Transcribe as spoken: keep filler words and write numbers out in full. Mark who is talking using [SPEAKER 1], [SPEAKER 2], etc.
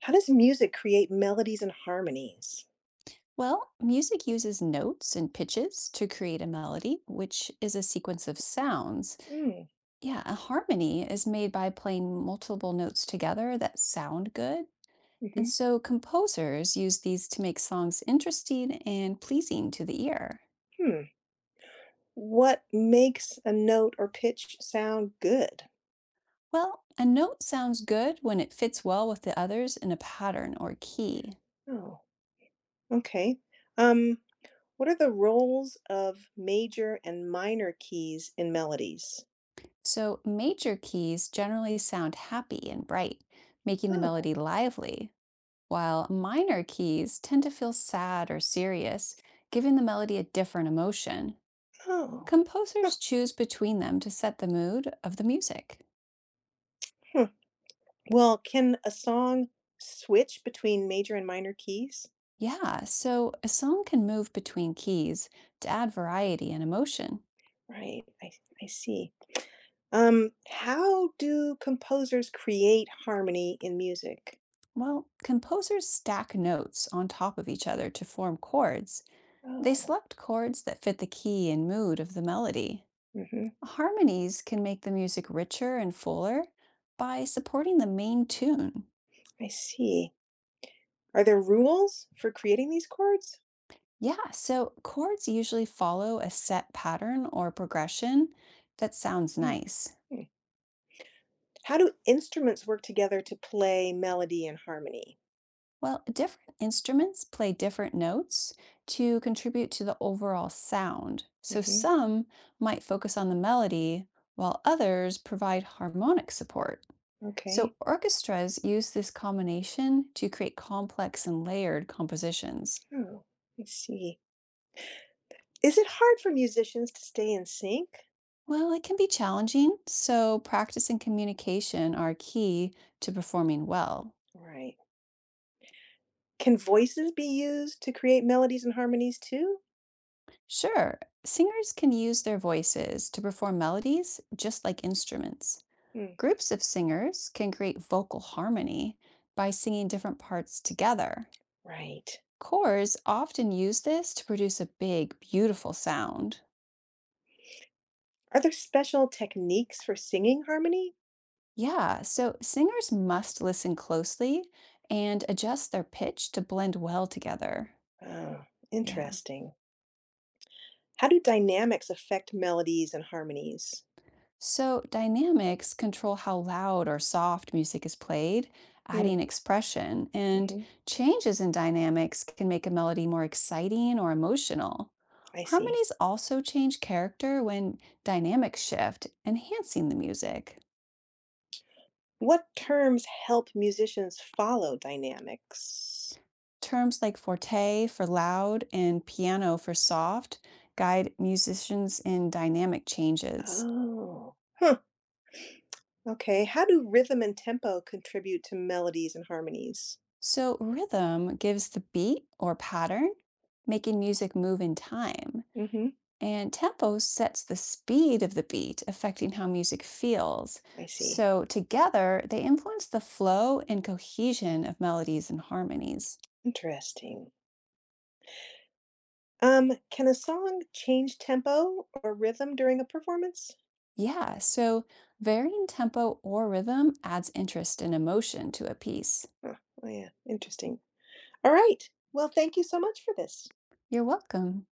[SPEAKER 1] How does music create melodies and harmonies?
[SPEAKER 2] Well, music uses notes and pitches to create a melody, which is a sequence of sounds.
[SPEAKER 1] Mm,
[SPEAKER 2] Yeah, a harmony is made by playing multiple notes together that sound good. And
[SPEAKER 1] mhm,
[SPEAKER 2] so composers use these to make songs interesting and pleasing to the ear.
[SPEAKER 1] hmm. What makes a note or pitch sound good?
[SPEAKER 2] Well, a note sounds good when it fits well with the others in a pattern or key.
[SPEAKER 1] Oh, okay. Um, what are the roles of major and minor keys in melodies?
[SPEAKER 2] So major keys generally sound happy and bright, making the
[SPEAKER 1] Oh,
[SPEAKER 2] melody lively. While minor keys tend to feel sad or serious, giving the melody a different emotion.
[SPEAKER 1] oh. Huh,
[SPEAKER 2] Composers choose between them to set the mood of the music.
[SPEAKER 1] huh. Well, can a song switch between major and minor keys?
[SPEAKER 2] Yeah, so a song can move between keys to add variety and emotion.
[SPEAKER 1] Right, I, I see. Um, how do composers create harmony in music?
[SPEAKER 2] Well, composers stack notes on top of each other to form chords. They
[SPEAKER 1] Oh,
[SPEAKER 2] select chords that fit the key and mood of the melody.
[SPEAKER 1] mhm.
[SPEAKER 2] Harmonies can make the music richer and fuller by supporting the main tune.
[SPEAKER 1] I see. Are there rules for creating these chords?
[SPEAKER 2] Yeah, so chords usually follow a set pattern or progression that sounds
[SPEAKER 1] Mm,
[SPEAKER 2] nice.
[SPEAKER 1] mm. How do instruments work together to play melody and harmony?
[SPEAKER 2] Well, different instruments play different notes to contribute to the overall sound. So
[SPEAKER 1] Hmm.
[SPEAKER 2] some might focus on the melody, while others provide harmonic support.
[SPEAKER 1] Okay.
[SPEAKER 2] So orchestras use this combination to create complex and layered compositions.
[SPEAKER 1] Oh, I see. Is it hard for musicians to stay in sync?
[SPEAKER 2] Well, it can be challenging, so practice and communication are key to performing well.
[SPEAKER 1] Right. Can voices be used to create melodies and harmonies too?
[SPEAKER 2] Sure, singers can use their voices to perform melodies just like instruments.
[SPEAKER 1] Mm.
[SPEAKER 2] Groups of singers can create vocal harmony by singing different parts together.
[SPEAKER 1] Right.
[SPEAKER 2] Chors often use this to produce a big, beautiful sound.
[SPEAKER 1] Are there special techniques for singing harmony?
[SPEAKER 2] Yeah, so singers must listen closely and adjust their pitch to blend well together.
[SPEAKER 1] Oh,
[SPEAKER 2] Yeah.
[SPEAKER 1] interesting. How do dynamics affect melodies and harmonies?
[SPEAKER 2] So, dynamics control how loud or soft music is played,
[SPEAKER 1] Mm,
[SPEAKER 2] adding expression, and
[SPEAKER 1] hmm.
[SPEAKER 2] changes in dynamics can make a melody more exciting or emotional.
[SPEAKER 1] I see.
[SPEAKER 2] Harmonies also change character when dynamics shift, enhancing the music.
[SPEAKER 1] What terms help musicians follow dynamics?
[SPEAKER 2] Terms like forte for loud and piano for soft guide musicians in dynamic changes.
[SPEAKER 1] Oh, huh. Okay. How do rhythm and tempo contribute to melodies and harmonies?
[SPEAKER 2] So, rhythm gives the beat or pattern, making music move in time.
[SPEAKER 1] Hmm.
[SPEAKER 2] And tempo sets the speed of the beat, affecting how music feels.
[SPEAKER 1] I see.
[SPEAKER 2] So, together, they influence the flow and cohesion of melodies and harmonies.
[SPEAKER 1] Interesting. Um, can a song change tempo or rhythm during a performance?
[SPEAKER 2] Yeah, so varying tempo or rhythm adds interest and emotion to a piece.
[SPEAKER 1] Huh. Oh, yeah. Interesting. All right. Well, thank you so much for this.
[SPEAKER 2] You're welcome.